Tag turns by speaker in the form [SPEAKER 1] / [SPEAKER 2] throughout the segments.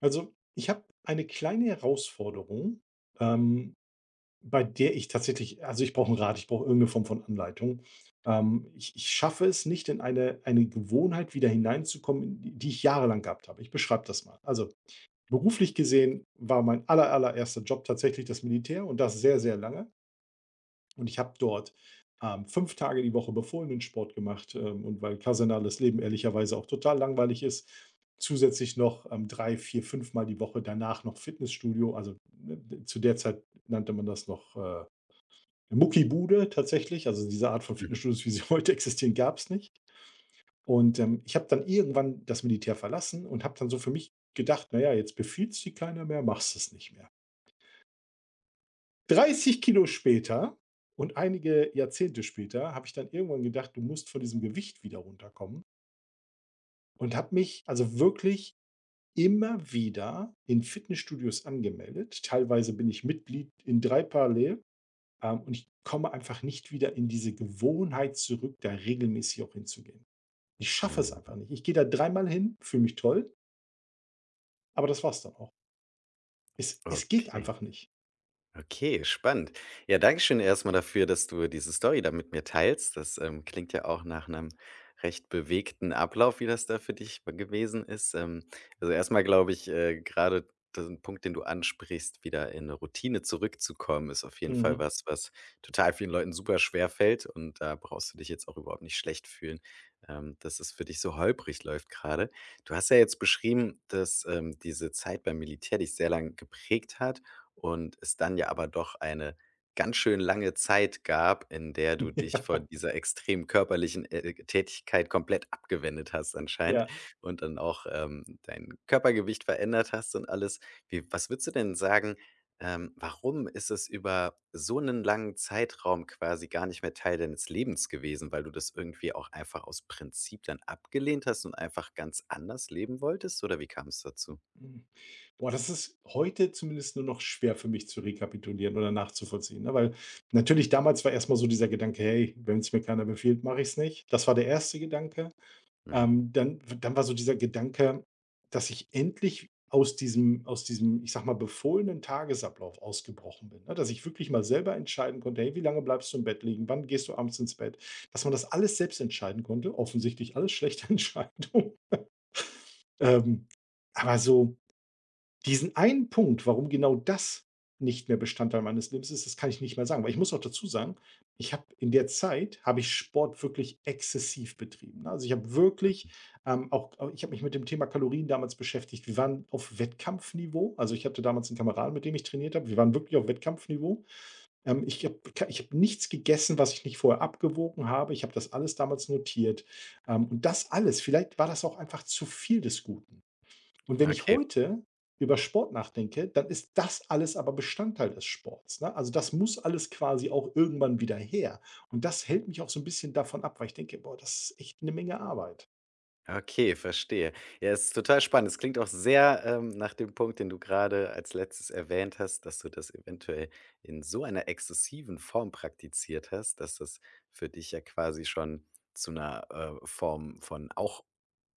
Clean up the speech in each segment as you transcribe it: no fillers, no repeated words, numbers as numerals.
[SPEAKER 1] Also, ich habe eine kleine Herausforderung, ähm, bei der ich tatsächlich, also, ich brauche 'n Rat, ich brauche irgendeine Form von Anleitung. Ich schaffe es nicht, in eine Gewohnheit wieder hineinzukommen, in die die ich jahrelang gehabt habe. Ich beschreibe das mal. Also, beruflich gesehen war mein allererster Job tatsächlich das Militär, und das sehr, sehr lange. Und ich habe dort, 5 Tage die Woche befohlenen Sport gemacht, und weil kasernales Leben ehrlicherweise auch total langweilig ist, zusätzlich noch, drei, vier fünf mal die Woche danach noch Fitnessstudio. Also, ne, zu der Zeit nannte man das noch, Muckibude tatsächlich. Also, diese Art von
[SPEAKER 2] Mhm.
[SPEAKER 1] Fitnessstudios, wie sie heute existieren, gab es nicht. Und ich habe dann irgendwann das Militär verlassen und habe dann so für mich gedacht: „Na ja, jetzt befiehlt es dir keiner mehr, machst es nicht mehr.“ 30 Kilo später und einige Jahrzehnte später habe ich dann irgendwann gedacht: „Du musst von diesem Gewicht wieder runterkommen“, und habe mich also wirklich immer wieder in Fitnessstudios angemeldet. Teilweise bin ich Mitglied in 3 parallel, und ich komme einfach nicht wieder in diese Gewohnheit zurück, da regelmäßig auch hinzugehen. Ich schaffe es
[SPEAKER 2] Mhm.
[SPEAKER 1] einfach nicht. Ich gehe da dreimal hin, fühle mich toll, aber das war's dann auch. Es geht
[SPEAKER 2] Okay.
[SPEAKER 1] einfach nicht.
[SPEAKER 2] Okay, spannend. Ja, danke schön erstmal dafür, dass du diese Story da mit mir teilst. Das, klingt ja auch nach einem recht bewegten Ablauf, wie das da für dich be gewesen ist. Also, erstmal glaube ich, grade den Punkt, den du ansprichst, wieder in 'ne Routine zurückzukommen, ist auf jeden Fall
[SPEAKER 1] Mhm.
[SPEAKER 2] was, was total vielen Leuten super schwer fällt. Und da brauchst du dich jetzt auch überhaupt nicht schlecht fühlen, dass es für dich so holprig läuft gerade. Du hast ja jetzt beschrieben, dass, diese Zeit beim Militär dich sehr lang geprägt hat und es dann ja aber doch eine ganz schön lange Zeit gab, in der du dich von
[SPEAKER 1] Ja,
[SPEAKER 2] dieser extrem körperlichen, Tätigkeit komplett abgewendet hast anscheinend
[SPEAKER 1] ja.
[SPEAKER 2] und dann auch, dein Körpergewicht verändert hast und alles. Wie was würdest du denn sagen, warum ist es über so einen langen Zeitraum quasi gar nicht mehr Teil deines Lebens gewesen, weil du das irgendwie auch einfach aus Prinzip dann abgelehnt hast und einfach ganz anders leben wolltest, oder wie kam es dazu?
[SPEAKER 1] Mhm. Boah, das ist heute zumindest nur noch schwer für mich zu rekapitulieren oder nachzuvollziehen, ne? Weil natürlich damals war erst mal so dieser Gedanke: „Hey, wenn es mir keiner befiehlt, mache ich es nicht.“ Das war der erste Gedanke.
[SPEAKER 2] Mhm.
[SPEAKER 1] Dann war so dieser Gedanke, dass ich endlich aus diesem, ich sage mal, befohlenen Tagesablauf ausgebrochen bin, ne? Dass ich wirklich mal selber entscheiden konnte: „Hey, wie lange bleibst du im Bett liegen? Wann gehst du abends ins Bett?“ Dass man das alles selbst entscheiden konnte, offensichtlich alles schlechte Entscheidungen. Ähm, aber so diesen einen Punkt, warum genau das nicht mehr Bestandteil meines Lebens ist, das kann ich nicht mehr sagen. Weil ich muss auch dazu sagen, ich habe in der Zeit habe ich Sport wirklich exzessiv betrieben, ne? Also, ich habe wirklich, auch ich habe mich mit dem Thema Kalorien damals beschäftigt. Wir waren auf Wettkampfniveau. Also, ich hatte damals einen Kameraden, mit dem ich trainiert habe. Wir waren wirklich auf Wettkampfniveau. Ähm, ich habe ich habe nichts gegessen, was ich nicht vorher abgewogen habe. Ich habe das alles damals notiert. Und das alles, vielleicht war das auch einfach zu viel des Guten. Und wenn ich
[SPEAKER 2] Okay.
[SPEAKER 1] heute über Sport nachdenke, dann ist das alles aber Bestandteil des Sports, ne? Also, das muss alles quasi auch irgendwann wieder her. Und das hält mich auch so ein bisschen davon ab, weil ich denke: „Boah, das ist echt eine Menge Arbeit.“
[SPEAKER 2] Okay, verstehe. Ja, es ist total spannend. Es klingt auch sehr, nach dem Punkt, den du gerade als Letztes erwähnt hast, dass du das eventuell in so einer exzessiven Form praktiziert hast, dass das für dich ja quasi schon zu einer Form von auch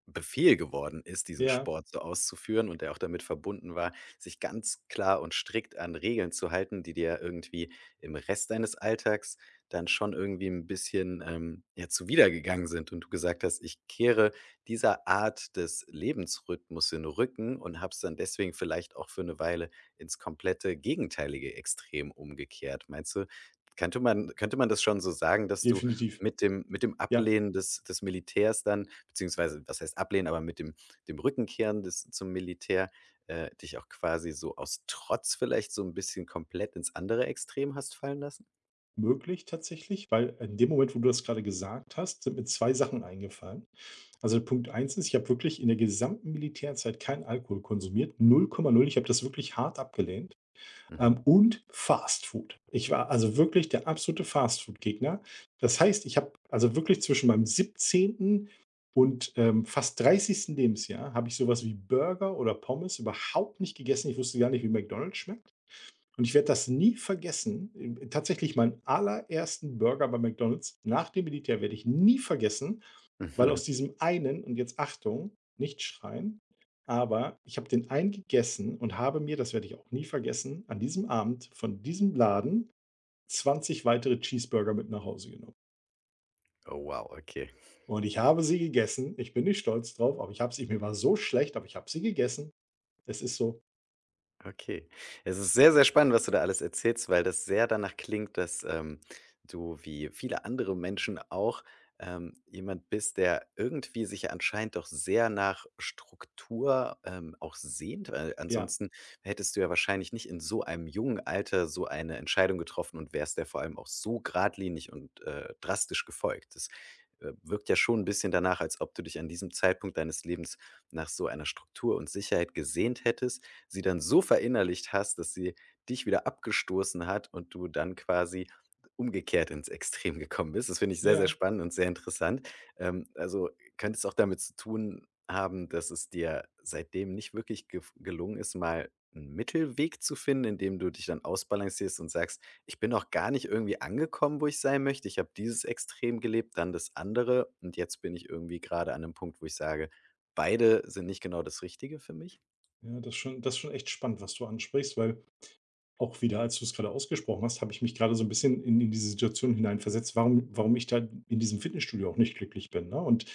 [SPEAKER 2] Befehl geworden ist, diesen
[SPEAKER 1] Ja,
[SPEAKER 2] Sport so auszuführen und der auch damit verbunden war, sich ganz klar und strikt an Regeln zu halten, die dir irgendwie im Rest deines Alltags dann schon irgendwie ein bisschen, ja, zuwidergegangen sind und du gesagt hast: „Ich kehre dieser Art des Lebensrhythmus in den Rücken“ und habe es dann deswegen vielleicht auch für eine Weile ins komplette gegenteilige Extrem umgekehrt. Meinst du, könnte man das schon so sagen, dass du
[SPEAKER 1] definitiv.
[SPEAKER 2] mit dem
[SPEAKER 1] Ja,
[SPEAKER 2] Ablehnen des Militärs dann beziehungsweise was heißt ablehnen, aber mit dem Rückenkehren des zum Militär, dich auch quasi so aus Trotz vielleicht so ein bisschen komplett ins andere Extrem hast fallen lassen?
[SPEAKER 1] möglich tatsächlich, weil in dem Moment, wo du das gerade gesagt hast, sind mir 2 Sachen eingefallen. Also, Punkt eins ist, ich habe wirklich in der gesamten Militärzeit keinen Alkohol konsumiert, 0,0. Ich habe das wirklich hart abgelehnt.
[SPEAKER 2] Mhm.
[SPEAKER 1] Und Fast Food. Ich war also wirklich der absolute Fast Food Gegner. Das heißt, ich habe also wirklich zwischen meinem 17. und, fast 30. Lebensjahr habe ich sowas wie Burger oder Pommes überhaupt nicht gegessen. Ich wusste gar nicht, wie McDonald's schmeckt. Und ich werde das nie vergessen. Tatsächlich meinen allerersten Burger bei McDonald's nach dem Militär werde ich nie vergessen. Weil aus diesem einen, und jetzt Achtung, nicht schreien, aber ich habe den einen gegessen und habe mir, das werde ich auch nie vergessen, an diesem Abend von diesem Laden 20 weitere Cheeseburger mit nach Hause genommen.
[SPEAKER 2] Oh wow, okay.
[SPEAKER 1] Und ich habe sie gegessen. Ich bin nicht stolz drauf, aber ich habe sie, mir war so schlecht, aber ich habe sie gegessen. Es ist so,
[SPEAKER 2] Okay. Es ist sehr, sehr spannend, was du da alles erzählst, weil das sehr danach klingt, dass, du wie viele andere Menschen auch, jemand bist, der irgendwie sich anscheinend doch sehr nach Struktur, auch sehnt, weil
[SPEAKER 1] ja,
[SPEAKER 2] ansonsten hättest du ja wahrscheinlich nicht in so einem jungen Alter so eine Entscheidung getroffen und wärst der vor allem auch so geradlinig und, drastisch gefolgt. Das, wirkt ja schon ein bisschen danach, als ob du dich an diesem Zeitpunkt deines Lebens nach so einer Struktur und Sicherheit gesehnt hättest sie dann so verinnerlicht hast, dass sie dich wieder abgestoßen hat und du dann quasi umgekehrt ins Extrem gekommen bist. Das finde ich sehr, sehr
[SPEAKER 1] ja,
[SPEAKER 2] spannend und sehr interessant. Also, könnte es auch damit zu tun haben, dass es dir seitdem nicht wirklich gef gelungen ist, mal einen Mittelweg zu finden, in dem du dich dann ausbalancierst und sagst: „Ich bin noch gar nicht irgendwie angekommen, wo ich sein möchte. Ich habe dieses Extrem gelebt, dann das andere und jetzt bin ich irgendwie gerade an 'nem Punkt, wo ich sage, beide sind nicht genau das Richtige für mich?“
[SPEAKER 1] ja, das ist schon echt spannend, was du ansprichst, weil auch wieder, als du es gerade ausgesprochen hast, habe ich mich gerade so ein bisschen in diese Situation hineinversetzt, warum ich da in diesem Fitnessstudio auch nicht glücklich bin, ne? Und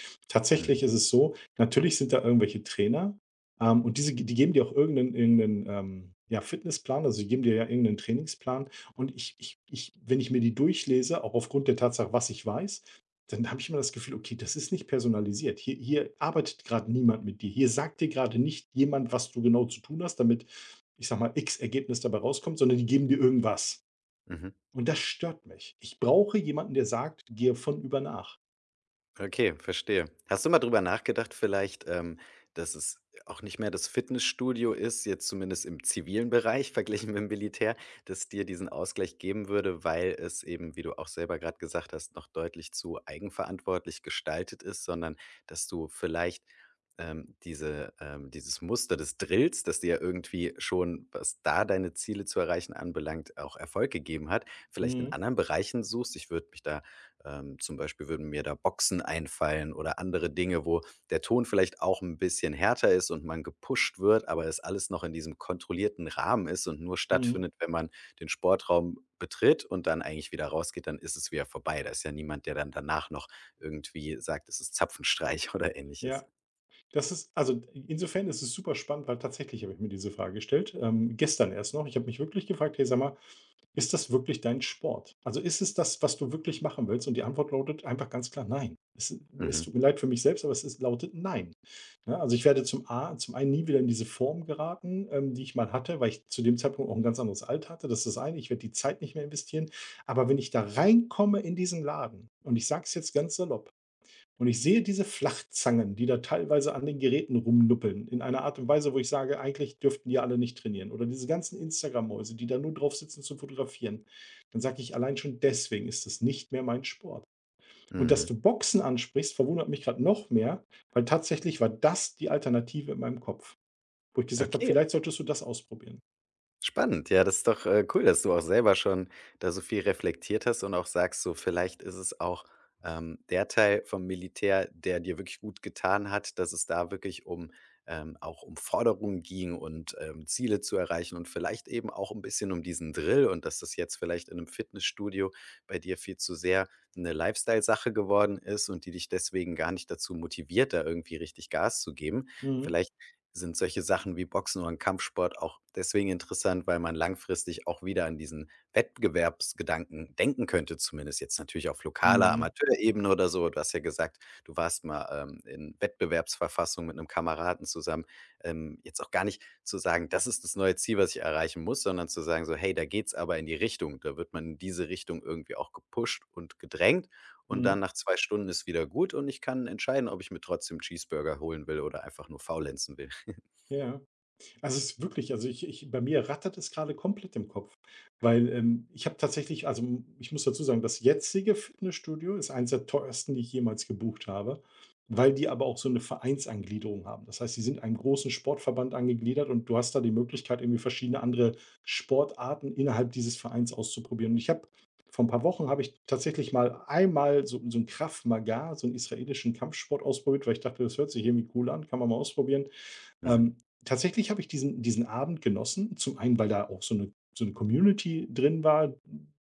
[SPEAKER 2] Mhm,
[SPEAKER 1] tatsächlich ist es so, natürlich sind da irgendwelche Trainer, und diese die geben dir auch ja, Fitnessplan, also die geben dir ja irgendeinen Trainingsplan, und ich ich ich wenn ich mir die durchlese, auch aufgrund der Tatsache, was ich weiß, dann habe ich immer das Gefühl: „Okay, das ist nicht personalisiert. Hier arbeitet gerade niemand mit dir. Hier sagt dir gerade nicht jemand, was du genau zu tun hast, damit, ich sag mal, X Ergebnis dabei rauskommt, sondern die geben dir irgendwas.
[SPEAKER 2] mhm.
[SPEAKER 1] Und das stört mich. Ich brauche jemanden, der sagt, gehe von über nach.“
[SPEAKER 2] Okay, verstehe. Hast du mal drüber nachgedacht vielleicht, dass es auch nicht mehr das Fitnessstudio ist, jetzt zumindest im zivilen Bereich verglichen mit dem Militär, das dir diesen Ausgleich geben würde, weil es eben, wie du auch selber gerade gesagt hast, noch deutlich zu eigenverantwortlich gestaltet ist, sondern dass du vielleicht dieses Muster des Drills, das dir ja irgendwie schon, was da deine Ziele zu erreichen anbelangt, auch Erfolg gegeben hat, vielleicht in
[SPEAKER 1] Mhm.
[SPEAKER 2] anderen Bereichen suchst. Ich würde mich da zum Beispiel würden mir da Boxen einfallen oder andere Dinge, wo der Ton vielleicht auch ein bisschen härter ist und man gepusht wird, aber es alles noch in diesem kontrollierten Rahmen ist und nur
[SPEAKER 1] Mhm.
[SPEAKER 2] stattfindet, wenn man den Sportraum betritt und dann eigentlich wieder rausgeht, dann ist es wieder vorbei. Da ist ja niemand, der dann danach noch irgendwie sagt, es ist Zapfenstreich oder Ähnliches.
[SPEAKER 1] Ja, das ist, also insofern ist es super spannend, weil tatsächlich habe ich mir diese Frage gestellt. Gestern erst noch. Ich habe mich wirklich gefragt, hey, sag mal, ist das wirklich dein Sport? Also ist es das, was du wirklich machen willst? Und die Antwort lautet einfach ganz klar nein. Es
[SPEAKER 2] Mhm.
[SPEAKER 1] tut mir leid für mich selbst, aber es ist, lautet nein. Ne? Also ich werde zum einen nie wieder in diese Form geraten, die ich mal hatte, weil ich zu dem Zeitpunkt auch ein ganz anderes Alter hatte. Das ist das eine. Ich werde die Zeit nicht mehr investieren. Aber wenn ich da reinkomme in diesen Laden, und ich sage es jetzt ganz salopp, und ich sehe diese Flachzangen, die da teilweise an den Geräten rumnuppeln, in einer Art und Weise, wo ich sage: „Eigentlich dürften die alle nicht trainieren.“ Oder diese ganzen Instagram-Mäuse, die da nur drauf sitzen zu fotografieren, dann sage ich: „Allein schon deswegen ist das nicht mehr mein Sport.“ Und dass
[SPEAKER 2] Mhm.
[SPEAKER 1] du Boxen ansprichst, verwundert mich gerade noch mehr, weil tatsächlich war das die Alternative in meinem Kopf, wo ich gesagt habe:
[SPEAKER 2] Okay.
[SPEAKER 1] „Vielleicht solltest du das ausprobieren.“
[SPEAKER 2] Spannend, ja, das ist doch, cool, dass du auch selber schon da so viel reflektiert hast und auch sagst, so vielleicht ist es auch, der Teil vom Militär, der dir wirklich gut getan hat, dass es da wirklich um auch um Forderungen ging und, Ziele zu erreichen und vielleicht eben auch ein bisschen um diesen Drill und dass das jetzt vielleicht in 'nem Fitnessstudio bei dir viel zu sehr eine Lifestyle-Sache geworden ist und die dich deswegen gar nicht dazu motiviert, da irgendwie richtig Gas zu geben.
[SPEAKER 1] Mhm,
[SPEAKER 2] Vielleicht sind solche Sachen wie Boxen oder 'n Kampfsport auch deswegen interessant, weil man langfristig auch wieder an diesen Wettbewerbsgedanken denken könnte, zumindest jetzt natürlich auf lokaler
[SPEAKER 1] mhm,
[SPEAKER 2] Amateurebene oder so. Du hast ja gesagt, du warst mal, in Wettbewerbsverfassung mit einem Kameraden zusammen. Jetzt auch gar nicht zu sagen: „Das ist das neue Ziel, was ich erreichen muss“, sondern zu sagen so: „Hey, da geht's aber in die Richtung.“ Da wird man in diese Richtung irgendwie auch gepusht und gedrängt und dann
[SPEAKER 1] mhm,
[SPEAKER 2] nach 2 Stunden ist wieder gut und ich kann entscheiden, ob ich mir trotzdem Cheeseburger holen will oder einfach nur faulenzen will.
[SPEAKER 1] ja. Also, es ist wirklich, also, ich ich bei mir rattert es gerade komplett im Kopf, weil, ich habe tatsächlich, also, hm, ich muss dazu sagen, das jetzige Fitnessstudio ist eines der teuersten, die ich jemals gebucht habe, weil die aber auch so eine Vereinsangliederung haben. Das heißt, sie sind einem großen Sportverband angegliedert, und du hast da die Möglichkeit, irgendwie verschiedene andere Sportarten innerhalb dieses Vereins auszuprobieren. Und ich habe vor ein paar Wochen habe ich tatsächlich mal einmal so so einen Krav Maga, so einen israelischen Kampfsport ausprobiert, weil ich dachte, das hört sich irgendwie cool an, kann man mal ausprobieren.
[SPEAKER 2] Mhm.
[SPEAKER 1] Ähm, tatsächlich habe ich diesen Abend genossen. Zum einen, weil da auch so eine Community drin war,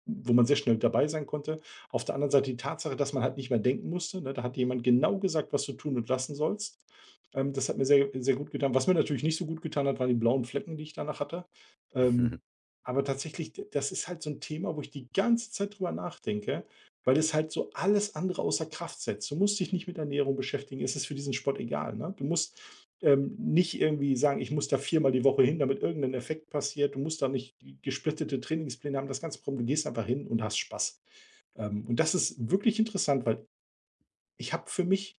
[SPEAKER 1] wo man sehr schnell dabei sein konnte. Auf der anderen Seite die Tatsache, dass man halt nicht mehr denken musste, ne? Da hat jemand genau gesagt, was du tun und lassen sollst. Das hat mir sehr sehr gut getan. Was mir natürlich nicht so gut getan hat, waren die blauen Flecken, die ich danach hatte. Ähm, aber tatsächlich, d das ist halt so ein Thema, wo ich die ganze Zeit drüber nachdenke, weil es halt so alles andere außer Kraft setzt. Du musst dich nicht mit Ernährung beschäftigen. Es ist für diesen Sport egal, ne? Du musst nicht irgendwie sagen: „Ich muss da viermal die Woche hin, damit irgendein Effekt passiert.“ Du musst da nicht gesplittete Trainingspläne haben, das ganze Problem. Du gehst einfach hin und hast Spaß. Und das ist wirklich interessant, weil ich habe für mich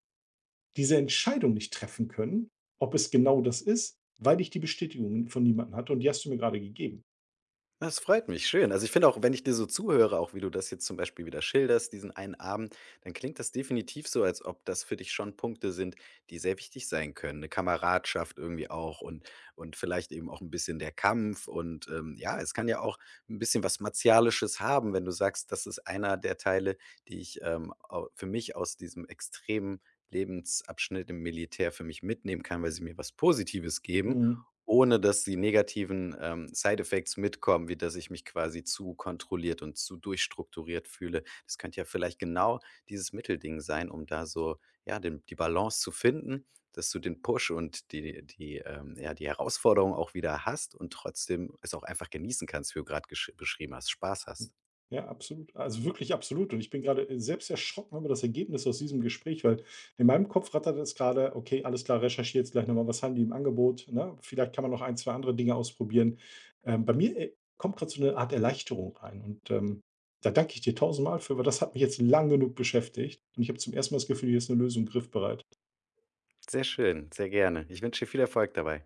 [SPEAKER 1] diese Entscheidung nicht treffen können, ob es genau das ist, weil ich die Bestätigung von niemandem hatte, und die hast du mir gerade gegeben.
[SPEAKER 2] Das freut mich, schön. Also, ich finde auch, wenn ich dir so zuhöre, auch wie du das jetzt zum Beispiel wieder schilderst, diesen einen Abend, dann klingt das definitiv so, als ob das für dich schon Punkte sind, die sehr wichtig sein können. Eine Kameradschaft irgendwie auch und vielleicht eben auch ein bisschen der Kampf und, ja, es kann ja auch ein bisschen was Martialisches haben, wenn du sagst, das ist einer der Teile, die ich, au für mich aus diesem extremen Lebensabschnitt im Militär für mich mitnehmen kann, weil sie mir was Positives geben.
[SPEAKER 1] Mhm.
[SPEAKER 2] Ohne dass die negativen, Side Effects mitkommen, wie dass ich mich quasi zu kontrolliert und zu durchstrukturiert fühle. Das könnte ja vielleicht genau dieses Mittelding sein, um da so, ja, den die Balance zu finden, dass du den Push und ja, die Herausforderung auch wieder hast und trotzdem es auch einfach genießen kannst, wie du gerade gesch beschrieben hast, Spaß
[SPEAKER 1] Hm.
[SPEAKER 2] hast.
[SPEAKER 1] Ja, absolut. Also, wirklich absolut. Und ich bin gerade selbst erschrocken über das Ergebnis aus diesem Gespräch, weil in meinem Kopf rattert es gerade. „Okay, alles klar, recherchiere jetzt gleich noch mal, was haben die im Angebot, ne? Vielleicht kann man noch ein, 2 andere Dinge ausprobieren.“ Bei mir, kommt gerade so eine Art Erleichterung rein, und, da danke ich dir tausendmal für, weil das hat mich jetzt lang genug beschäftigt, und ich habe zum ersten Mal das Gefühl, hier ist eine Lösung griffbereit.
[SPEAKER 2] Sehr schön, sehr gerne. Ich wünsche dir viel Erfolg dabei.